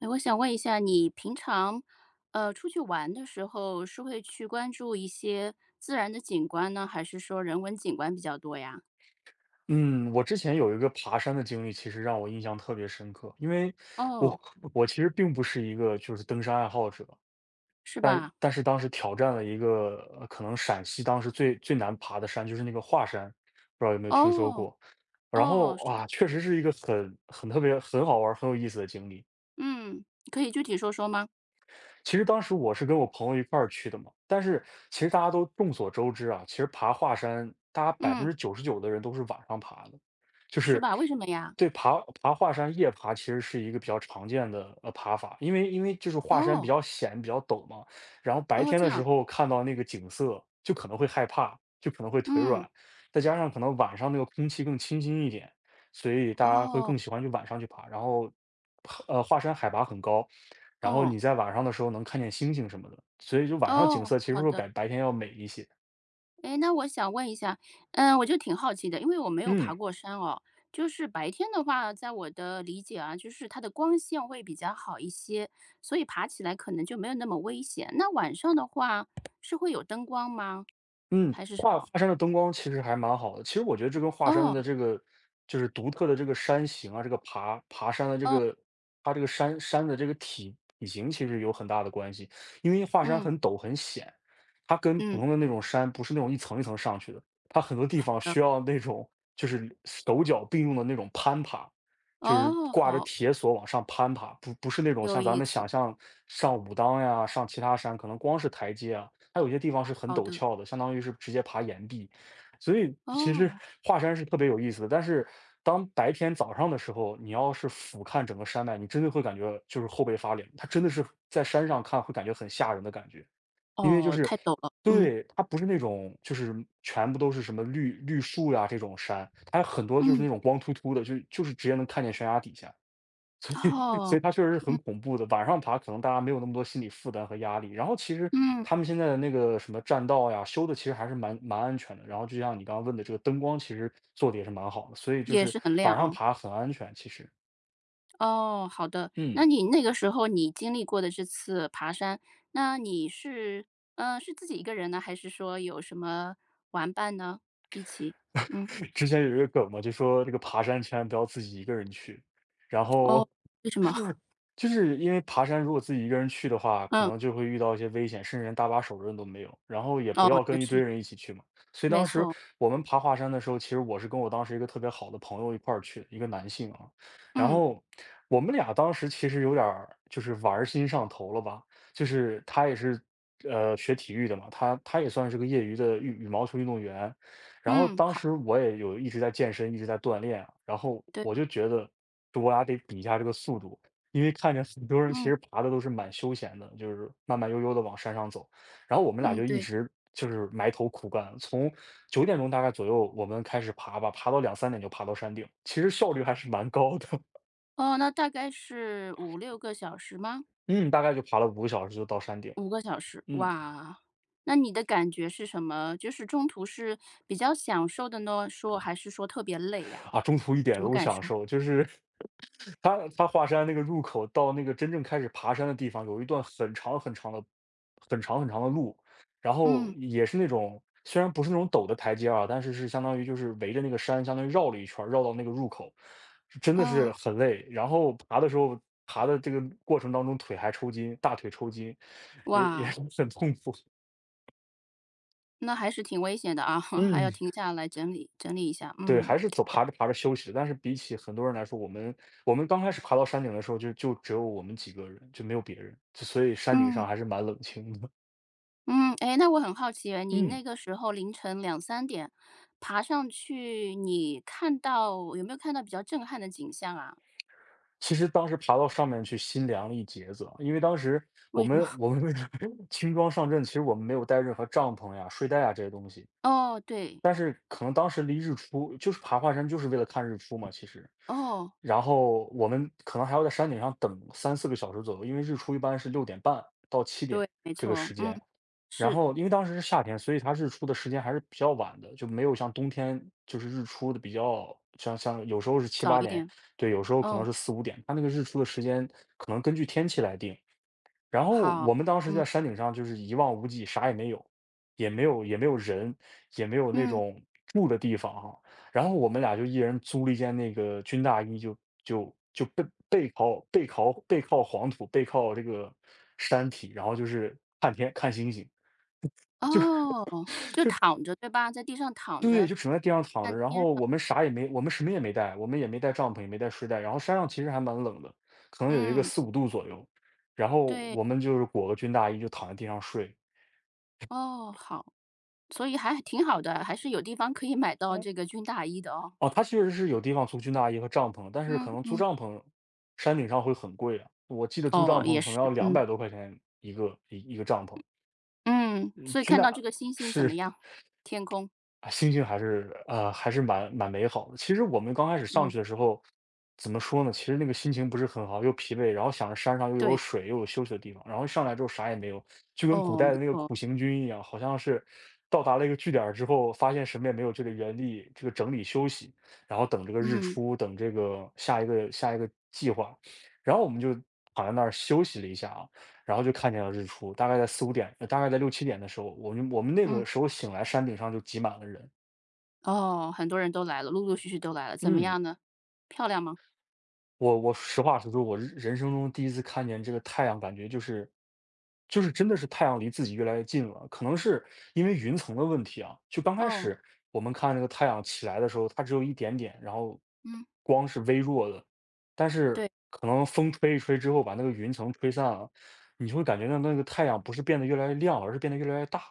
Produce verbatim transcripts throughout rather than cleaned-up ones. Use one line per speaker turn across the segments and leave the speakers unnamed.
哎，我想问一下，你平常，呃，出去玩的时候是会去关注一些自然的景观呢，还是说人文景观比较多呀？
嗯，我之前有一个爬山的经历，其实让我印象特别深刻，因为我
哦，
我其实并不是一个就是登山爱好者，
是
但
吧？
但是当时挑战了一个呃可能陕西当时最最难爬的山，就是那个华山，不知道有没有听说
哦，
过？然后
哦，是的，
哇，确实是一个很很特别、很好玩儿很有意思的经历。
嗯，可以具体说说吗？
其实当时我是跟我朋友一块儿去的嘛，但是其实大家都众所周知啊，其实爬华山，大家百分
嗯，
之九十九的人都是晚上爬的，就
是
是
吧？为什么呀？
对，爬爬华山夜爬其实是一个比较常见的呃爬法，因为因为就是华山比
哦，
较险，比较陡嘛，然后白
哦，
天
这
的时
样，
候看到那个景色就可能会害怕，就可能会腿
嗯，
软，再加上可能晚上那个空气更清新一点，所以大家会
哦，
更喜欢去晚上去爬，然后。呃，华山海拔很高，然后
哦，
你在晚上的时候能看见星星什么的，所以就晚上景
哦，
色其实
好
会比
的。
白白天要美一些。
哎，那我想问一下，嗯，我就挺好奇的，因为我没有爬
嗯。
过山哦。就是白天的话，在我的理解啊，就是它的光线会比较好一些，所以爬起来可能就没有那么危险。那晚上的话，是会有灯光吗？
嗯，
还是什
华华
么？
山的灯光其实还蛮好的。其实我觉得这跟华山的
哦
这个就是独特的这个山形啊，这个爬爬山的这
哦，
个它这个山山的这个体体型其实有很大的关系。因为华山
嗯
很陡很险，它跟普
嗯，
通的那种山不是那种一层一层上去的，它很多地方
呃，
需要那种就是手脚并用的那种攀爬，就是
哦，
挂着
好，
铁索往上攀爬，不不是那种
有
像咱
意
们想
思，
象上武当呀，上其他山可能光是台阶啊。它有些地方是很
好
陡
的，
峭的，相当于是直接爬岩壁，所以其实
哦
华山是特别有意思的。但是当白天早上的时候，你要是俯瞰整个山脉，你真的会感觉就是后背发凉，它真的是在山上看会感觉很吓人的感觉，因为就
哦，
是
太陡了，嗯
对，它不是那种就是全部都是什么绿绿树呀这种山，它有很多就是
嗯，
那种光秃秃的，就就是直接能看见悬崖底下。所以所
哦，
以它确实是很
嗯
恐怖的。晚上爬可能大家没有那么多心理负担和压力。然后其实
嗯，
他们现在的那个什么栈道呀，修的其实还是蛮蛮安全的。然后就像你刚刚问的，这个灯光其实做的也是蛮好的，所以就
也
是
是很亮
晚上
哦。
爬很安全。其实，
哦，好的。那
嗯，
你那个时候你经历过的这次爬山，那你是，嗯呃是自己一个人呢，还是说有什么玩伴呢？一起？嗯，
之前有一个梗嘛，就说这个爬山千万不要自己一个人去。然后
哦，为什么？
就是因为爬山，如果自己一个人去的话，可
嗯，
能就会遇到一些危险，甚至连搭把手的人都没有。然后也不
哦，
要
也
跟一堆
是，
人一起去嘛。所以
没
当时
错。
我们爬华山的时候，其实我是跟我当时一个特别好的朋友一块儿去的，一个男性啊。然
嗯，
后我们俩当时其实有点儿就是玩儿心上头了吧，就是他也是呃学体育的嘛，他他也算是个业余的羽羽毛球运动员。然后
嗯，
当
好，
时我也有一直在健身，一直在锻炼啊，然后
对，
我就觉得就我俩得比一下这个速度。因为看着很多人其
嗯，
实爬的都是蛮休闲的，就是慢慢悠悠的往山上走。然后我们俩
嗯，
就一
对。
直就是埋头苦干，从九点钟大概左右我们开始爬吧，爬到两三点就爬到山顶，其实效率还是蛮高的。
哦，那大概是五六个小时吗？
嗯，大概就爬了五个小时就到山顶。
五个小时，
嗯。
哇，那你的感觉是什么？就是中途是比较享受的呢，说还是说特别累呀？
啊，中途一点
什
都
么
不
感
享
受？
受，就是他他华山那个入口到那个真正开始爬山的地方，有一段很长很长的、很长很长的路，然后
嗯，
也是那种虽然不是那种陡的台阶啊，但是是相当于就是围着那个山，相当于绕了一圈儿绕到那个入口，是真的是
哦。
很累。然后爬的时候，爬的这个过程当中腿还抽筋，大腿抽筋，也也
哇，
是很痛苦。
那还是挺危险的啊，还要
嗯。
停下来整理整理一下。
对，
嗯
还是走爬着爬着休息的，但是比起很多人来说，我们我们刚开始爬到山顶的时候就就只有我们几个人，就没有别人，就所以山顶
嗯
上还是蛮冷清的。
嗯，哎，那我很好奇诶，你
嗯，
那个时候凌晨两三点爬上去，你看到有没有看到比较震撼的景象啊？
其实当时爬到上面去心凉了一截子啊，因为当时我
为什么？
们我们为了 轻装上阵，其实我们没有带任何帐篷呀、睡袋啊这些东西，
哦，对，
但是可能当时离日出就是爬华山就是为了看日出嘛，其实。
哦，
然后我们可能还要在山顶上等三四个小时左右，因为日出一般是六点半到七点
对，没
这个
错，
时
嗯，
间。然
是，
后因为当时是夏天，所以它日出的时间还是比较晚的，就没有像冬天就是日出的比较像像有时候是七
早
八
一
点，
点，
对，有时候可能
哦，
是四五点，它那个日出的时间可能根据天气来定。然后
好，
我们当时
嗯
在山顶上就是一望无际，啥也没有，也没有也没有人，也没有那
嗯，
种住的地方哈。然后我们俩就一人租了一件那个军大衣就，就就背背靠背靠背靠黄土，背靠这个山体，然后就是看天看星星，就
哦，就躺着，对吧？在地上躺
对，
着，
就只能在地上躺
看
着。然
天，
后我们啥也没，我们什么也没带，我们也没带帐篷，也没带睡袋。然后山上其实还蛮冷的，可能有一个
嗯，
四五度左右。然后
对，
我们就是裹个军大衣就躺在地上睡。
哦，好。所以还挺好的，还是有地方可以买到这个军大衣的哦。
哦，它确实是有地方租军大衣和帐篷，但是
嗯
可能租
嗯，
帐篷，山顶上会很贵啊。我记得租
哦，
帐
也
篷可能
是，
要两
嗯
百多块钱一个一一个帐篷，
嗯，
呃，
所以
军
看到这
大
个星星怎么
是。
样？天空，
啊，心情还是呃，还是蛮蛮美好的。其实我们刚开始上
嗯，
去的时候，怎么说呢？其实那个心情不是很好，又疲惫，然后想着山上又有
对，
水，又有休息的地方，然后上来之后啥也没有，就跟古
哦，
代的
没
那个
错，
苦行军一样，好像是到达了一个据点儿之后，发现什么也没有，就得原地这个整理休息，然后等这个日
嗯
出，等这个下一个下一个计划。然后我们就躺在那儿休息了一下啊，然后就看见了日出，大概在四五点，呃大概在六七点的时候，我们我们那
嗯，
个时候醒来，山顶上就挤满了人。
哦，很多人都来了，陆陆续续都来了，怎么
嗯，
样呢？漂亮吗？
我我实话实说，我人人生中第一次看见这个太阳，感觉就是就是真的是太阳离自己越来越近了。可能是因为云层的问题啊，就刚开
哦，
始我们看那个太阳起来的时候，它只有一点点，然后
嗯，
光是微弱的，但是
对，
可能风吹一吹之后，把那个云层吹散了，你就会感觉到那个太阳不是变得越来越亮，而是变得越来越大。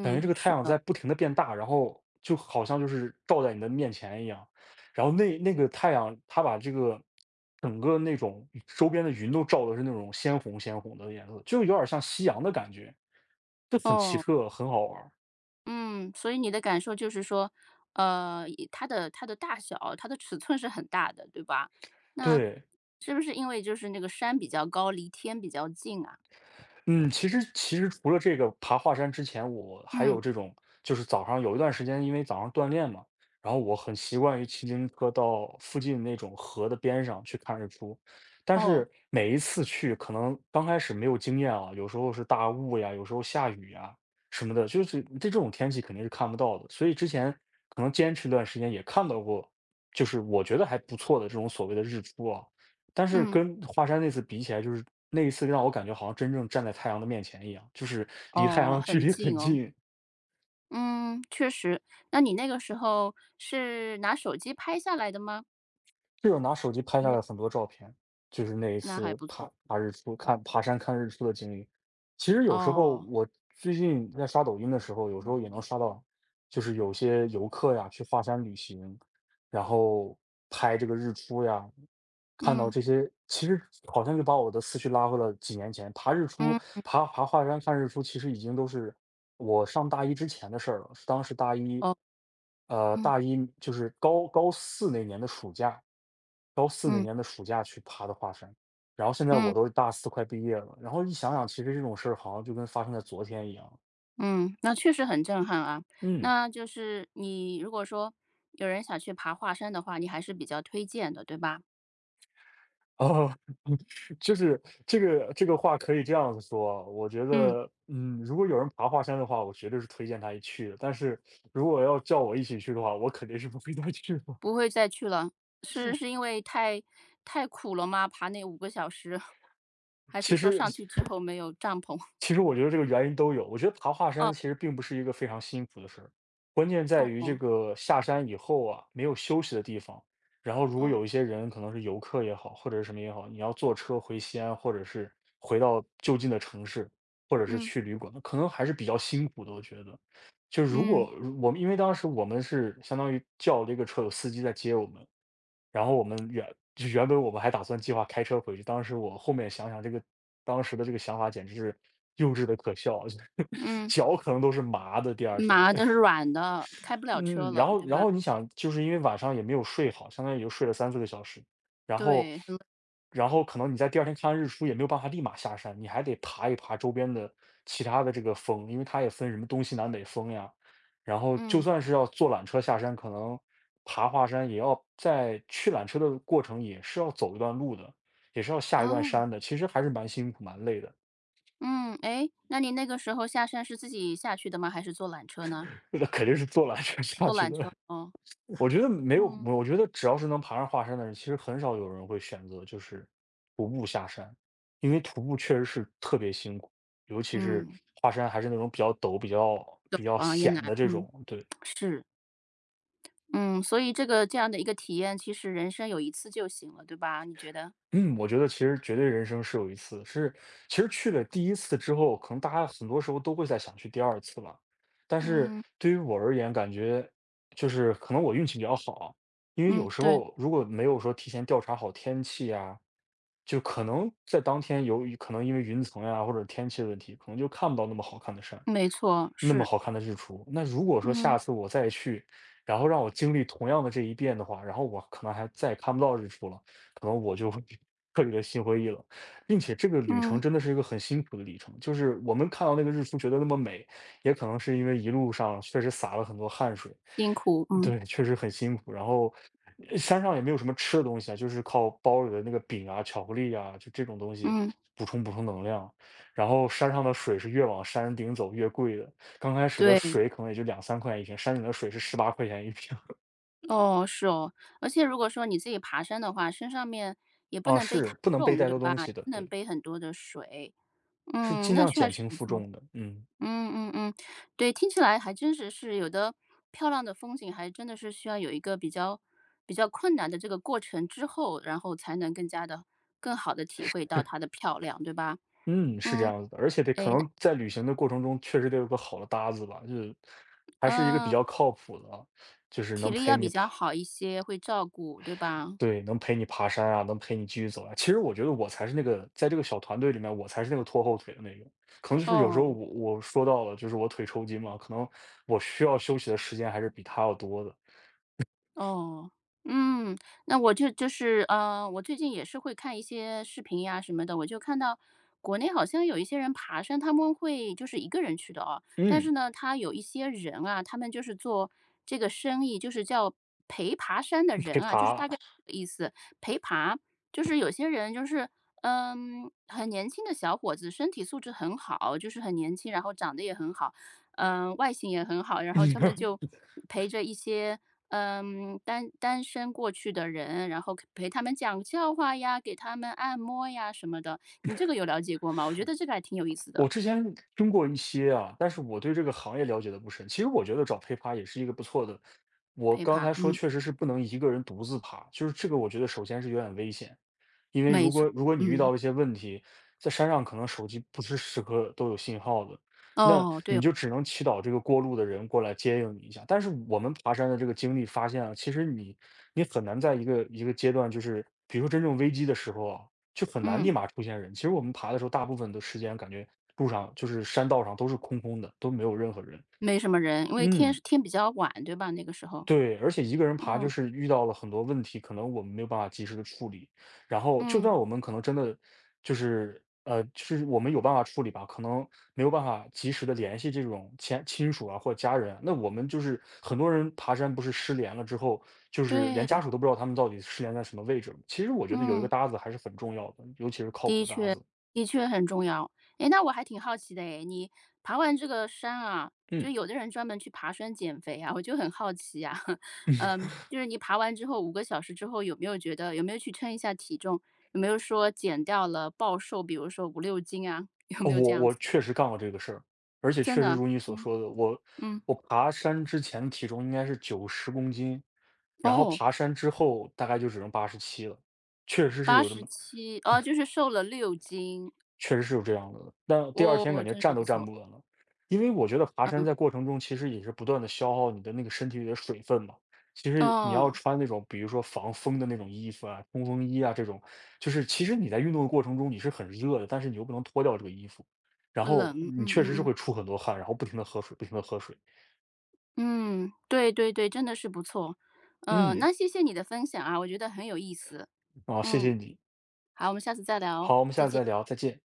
感觉这个太
是
阳
的，
在不停的变大，然后就好像就是照在你的面前一样。然后那那个太阳，它把这个整个那种周边的云都照的是那种鲜红鲜红的颜色，就有点像夕阳的感觉，就很奇
哦。
特，很好玩儿。
嗯，所以你的感受就是说，呃，以它的它的大小，它的尺寸是很大的，对吧？那
对。
是不是因为就是那个山比较高，离天比较近啊？
嗯，其实其实除了这个爬华山之前，我还
嗯，
有这种，就是早上有一段时间，因为早上锻炼嘛，然后我很习惯于骑自行车到附近那种河的边上去看日出，但
哦，
是每一次去，可能刚开始没有经验啊，有时候是大雾呀，有时候下雨呀什么的，就是在这种天气肯定是看不到的，所以之前可能坚持一段时间也看到过，就是我觉得还不错的这种所谓的日出啊，但是
嗯，
跟华山那次比起来，就是那一次让我感觉好像真正站在太阳的面前一样，就是离太
哦，
阳距
很
离很
近哦。
近，
嗯，确实。那你那个时候是拿手机拍下来的吗？
这有拿手机拍下
没有，
了很多照片，就是那一
那还
次
不错。
爬爬日出、看爬山看日出的经历。其实有时候
哦，
我最近在刷抖音的时候，有时候也能刷到，就是有些游客呀去华山旅行，然后拍这个日出呀，看到
嗯，
这些，其实好像就把我的思绪拉回了几年前。爬日出，
嗯，
爬爬华山看日出，其实已经都是我上大一之前的事儿了。是当时大一，
哦，
呃，
嗯，
大一就是高高四那年的暑假，高四那
嗯，
年的暑假去爬的华山。然后现在
嗯。
我都大四快毕业了，然后一想想，其实这种事儿好像就跟发生在昨天一样。
嗯，那确实很震撼啊。
嗯。
那就是你如果说有人想去爬华山的话，你还是比较推荐的，对吧？
哦，就是这个这个话可以这样子说，我觉
嗯，
得，嗯，如果有人爬华山的话，我绝对是推荐他一去的。但是如果要叫我一起去的话，我肯定是不会再去了。
不会再去了，是是 因为太太苦了吗？爬那五个小时，还是
其
说
实
上去之后没有帐篷？
其实我觉得这个原因都有。我觉得爬华
哦
山其实并不是一个非常辛苦的事儿，关键 在于这
哦
个下山以后啊，没有休息的地方。然后如果
哦，
有一些人可能是游客也好，或者是什么也好，你要坐车回西安，或者是回到就近的城市，或者是
嗯
去旅馆，可能还是比较辛苦的。我觉得，就如
嗯
果我们因为当时我们是相当于叫了一个车，有司机在接我们，然后我们原就原本我们还打算计划开车回去，当时我后面想想这个当时的这个想法简直是幼稚的可笑，就是
嗯，
脚可能都是麻的，第二天。
马的是软的，开不了车
嗯，然
了，
后
对
然
吧？
后你想，就是因为晚上也没有睡好，相当于也就睡了三四个小时，然后
对，
然后可能你在第二天看完日出也没有办法立马下山，你还得爬一爬周边的其他的这个峰，因为它也分什么东西南北峰呀，然后就
嗯
算是要坐缆车下山，可能爬华山也要在去缆车的过程也是要走一段路的，也是要下一段
哦
山的，其实还是蛮辛苦蛮累的，
嗯，哎，那你那个时候下山是自己下去的吗？还是坐缆车呢？
那肯定是坐缆车下
坐
去
缆
的。
车，哦。
我觉得没有，
嗯
我觉得只要是能爬上华山的人，其实很少有人会选择就是徒步下山，因为徒步确实是特别辛苦，尤其是
嗯，
华山还是那种比较陡、比较
懂
比较
啊，也
险
难，
的这
嗯，
种，对。
是，嗯，所以这个这样的一个体验，其实人生有一次就行了，对吧？你觉得？
嗯，我觉得其实绝对人生是有一次，是其实去了第一次之后，可能大家很多时候都会再想去第二次了。但是
嗯
对于我而言，感觉就是可能我运气比较好，因为
嗯，
有时
对，
候如果没有说提前调查好天气啊，就可能在当天由于可能因为云层呀、或者天气的问题，可能就看不到那么好看的山，
没错，
那么
是，
好看的日出。那如果说
嗯
下次我再去，然后让我经历同样的这一遍的话，然后我可能还再也看不到日出了。可能我就会 彻底的心灰意冷，并且这个旅程
嗯，
真的是一个很辛苦的旅程。就是我们看到那个日出觉得那么美，也可能是因为一路上确实洒了很多汗水，
辛苦，嗯
对，确实很辛苦。然后呃山上也没有什么吃的东西啊，就是靠包里的那个饼啊、巧克力啊，就这种东西
嗯，
补充补充能量。然后山上的水是越往山顶走越贵的，刚开始的
对，
水可能也就两三块钱一瓶，山顶的水是十八块钱一瓶。
哦，是哦，而且如果说你自己爬山的话，身上面也不
啊，
能背太
是不能背
重，
太
对
多
吧？
东西的，
不能
对。
背很多的水，
是
嗯，
尽
那
量
确
减
实
轻
不
负
错。
重的，嗯，
嗯嗯嗯，对，听起来还真是是有的，漂亮的风景还真的是需要有一个比较比较困难的这个过程之后，然后才能更加的更好的体会到它的漂亮，对吧？
嗯，是这
嗯，
样子的。而且得
哎，
可
那
能在旅行的过程中，确实得有个好的搭子吧，就是还是一个比
嗯，
较靠谱的啊，就是
体
能
力
陪
要比
你
较
爬
好一些，会照顾，对吧？
对，能陪你爬山啊，能陪你继续走啊。其实我觉得我才是那个在这个小团队里面，我才是那个拖后腿的那个。可能就是有时
哦，
候我我说到了，就是我腿抽筋嘛，可能我需要休息的时间还是比他要多的。
哦，嗯，那我就就是，呃，我最近也是会看一些视频呀什么的，我就看到国内好像有一些人爬山，他们会就是一个人去的哦，但
嗯，
是呢，他有一些人啊，他们就是做这个生意，就是叫陪爬山的人
陪
啊，就是大
爬。
概这个意思，陪爬，就是有些人就是。嗯，很年轻的小伙子，身体素质很好，就是很年轻，然后长得也很好，嗯、外形也很好，然 后他们
嗯。
就陪着一些嗯，单单身过去的人，然后陪他们讲笑话呀，给他们按摩呀什么的，你这个有了解过吗？我觉得这个还挺有意思的，
我之前听过一些啊，但是我对这个行业了解的不深。其实我觉得找陪爬也是一个不错的。我
陪
刚
爬，
才说
嗯，
确实是不能一个人独自爬，就是这个我觉得首先是有点危险，因为
没
如果
错，
如果你遇
嗯，
到一些问题，在山上可能手机不是时刻都有信号的，那
哦，对
你
哦
就只能祈祷这个过路的人过来接应你一下。但是我们爬山的这个经历发现啊，其实你你很难在一个一个阶段，就是比如说真正危机的时候啊，就很难立
嗯，
马出现人。其实我们爬的时候，大部分的时间感觉路上就是山道上都是空空的，都没有任何人。
没什么人，因为天
嗯，
天比较晚，对吧？那个时候，
对，而且一个人爬就
嗯
是遇到了很多问题，可能我们没有办法及时的处理。然后就算
嗯，
我们可能真的就是呃，就是我们有办法处理吧，可能没有办法及时的联系这种亲亲属啊或者家人啊，那我们就是很多人爬山不是失联了之后，就是连家
对，
属都不知道他们到底失联在什么位置了。其实我觉得有一个
嗯。
搭子还是很重要的，尤其是靠谱的搭子。
的确很重要。诶，那我还挺好奇的诶，你爬完这个山啊，就
嗯。
有的人专门去爬山减肥啊，我就很好奇啊，嗯，就是你爬完之后五个小时之后，有没有觉得有没有去称一下体重？有没有说减掉了暴瘦，比如说五六斤啊，有
哦，
没有这
我
样
我
子？
确实干过这个事儿，而且
真
确实
的，
如你所
嗯，
说的，我
嗯，
我爬山之前的体重应该是九十公斤，然后
哦
爬山之后大概就只剩八十七了，确实是
八
有这
十
么
七哦，就是瘦了六斤，
确实是有这样的，但第二天
哦，
感觉
真是
站
不
都站
错，
不稳了。因为我觉得爬山
嗯，
在过程中其实也是不断的消耗你的那个身体里的水分嘛，其实你要
哦，
穿那种比如说防风的那种衣服啊，冲锋衣啊这种，就是其实你在运动的过程中你是很热的，但是你又不能脱掉这个衣服，然后
冷，嗯
你确
嗯
实是
嗯。
会出很多汗，然后不停的喝水不停的喝水。
嗯，对对对，真的是不错。嗯，
嗯，
那谢谢你的分享啊，我觉得很有意思。
啊，谢谢
嗯，
你，
好，我们下次再聊哦。
好，我们下次再聊，再见。